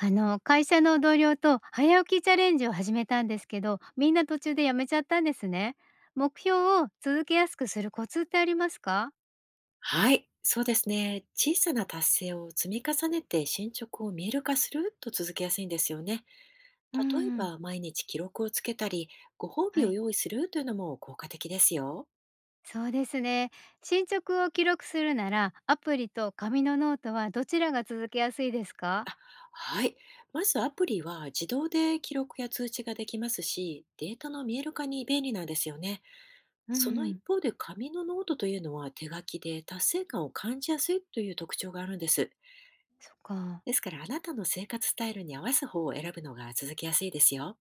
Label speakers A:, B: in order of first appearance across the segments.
A: あの会社の同僚と早起きチャレンジを始めたんですけど、みんな途中でやめちゃったんですね。目標を続けやすくするコツってありますか？
B: はい、そうですね。小さな達成を積み重ねて進捗を見える化すると続けやすいんですよね。
A: う
B: 例え
A: ん、
B: ば、毎日記録をつけたり、ご褒
A: は
B: 美を
A: い、
B: 用意するというのも効果的ですよ。
A: そうですね。進捗を記録するならアプリと紙のノートはどちらが続けやすいですか？
B: はい。まずアプリは自動で記録や通知ができますし、データの見える化に便利なんですよね。
A: う
B: その一
A: ん、
B: 方で、紙のノートというのは手書きで達成感を感じやすいという特徴があるんです。
A: そっか。
B: ですから、あなたの生活スタイルに合わす方を選ぶのが続けやすいですよ。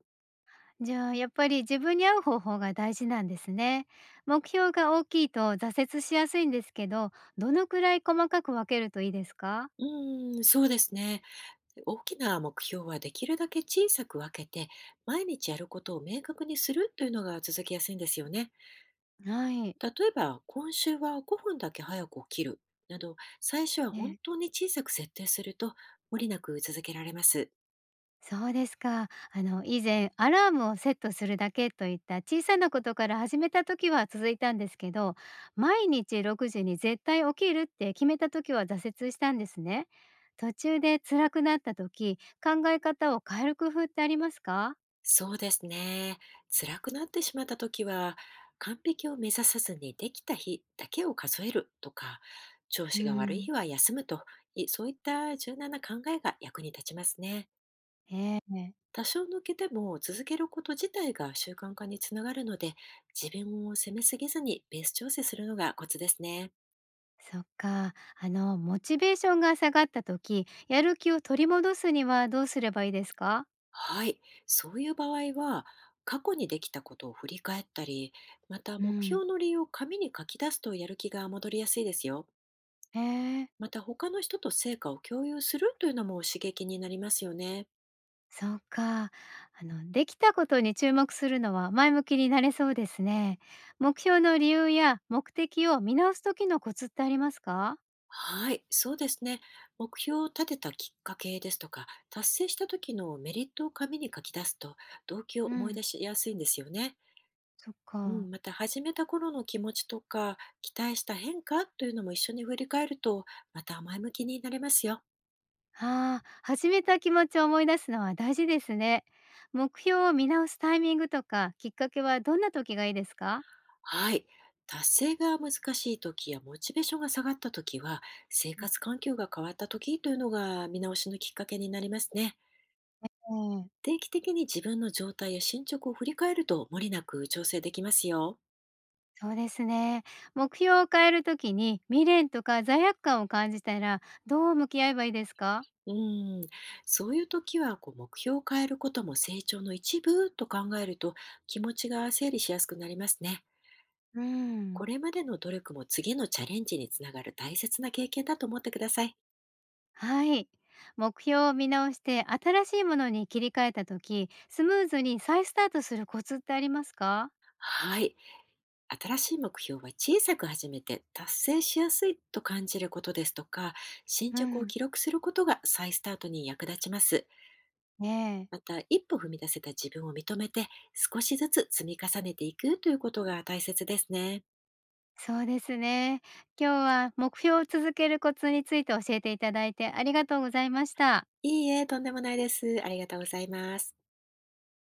A: じゃあ、やっぱり自分に合う方法が大事なんですね。目標が大きいと挫折しやすいんですけど、どのくらい細かく分けるといいですか？
B: うーん、そうですね。大きな目標はできるだけ小さく分けて、毎日やることを明確にするというのが続きやすいんですよね。
A: はい。
B: 例えば、今週は5分だけ早く起きるなど、最初は本
A: ええ。
B: 当に小さく設定すると、無理なく続けられます。
A: そうですか。あの、以前アラームをセットするだけといった小さなことから始めた時は続いたんですけど、毎日6時に絶対起きるって決めた時は挫折したんですね。途中で辛くなった時、考え方を変える工夫ってありますか？
B: そうですね。辛くなってしまった時は、完璧を目指さずにできた日だけを数えるとか、調
A: う
B: 子が悪い
A: ん、
B: 日は休むそういった柔軟な考えが役に立ちますね。
A: ええ、
B: 多少抜けても続けること自体が習慣化につながるので、自分を責めすぎずにベース調整するのがコツですね。
A: そっか。あの、モチベーションが下がった時、やる気を取り戻すにはどうすればいいですか？
B: はい。そういう場合は、過去にできたことを振り返ったり、また
A: う
B: 目
A: ん、
B: 標の理由を紙に書き出すとやる気が戻りやすいですよ。
A: ええ、
B: また、他の人と成果を共有するというのも刺激になりますよね。
A: そうか。あの、できたことに注目するのは前向きになれそうですね。目標の理由や目的を見直す時のコツってありますか？
B: はい、そうですね。目標を立てたきっかけですとか、達成した時のメリットを紙に書き出すと、動機を
A: う
B: 思い
A: ん、
B: 出しやすいんですよね。
A: そっ
B: う
A: か。
B: ん、また始めた頃の気持ちとか期待した変化というのも一緒に振り返ると、また前向きになれますよ。
A: ああ、始めた気持ちを思い出すのは大事ですね。目標を見直すタイミングとかきっかけはどんな時がいいですか？
B: はい。達成が難しい時やモチベーションが下がった時は、生
A: うん、
B: 活環境が変わった時というのが見直しのきっかけになりますね。定期的に自分の状態や進捗を振り返ると、無理なく調整できますよ。
A: そうですね。目標を変える時に未練とか罪悪感を感じたら、どう向き合えばいいですか？
B: うん、そういう時は、こう目標を変えることも成長の一部と考えると、気持ちが整理しやすくなりますね。
A: うん、
B: これまでの努力も次のチャレンジにつながる大切な経験だと思ってください。
A: はい。目標を見直して新しいものに切り替えた時、スムーズに再スタートするコツってありますか？
B: はい。新しい目標は小さく始めて達成しやすいと感じることですとか、進
A: う
B: 捗を
A: ん、
B: 記録することが再スタートに役立ちます。
A: ねえ、
B: また、一歩踏み出せた自分を認めて、少しずつ積み重ねていくということが大切ですね。
A: そうですね。今日は目標を続けるコツについて教えていただいてありがとうございました。
B: いいえ、とんでもないです。ありがとうございます。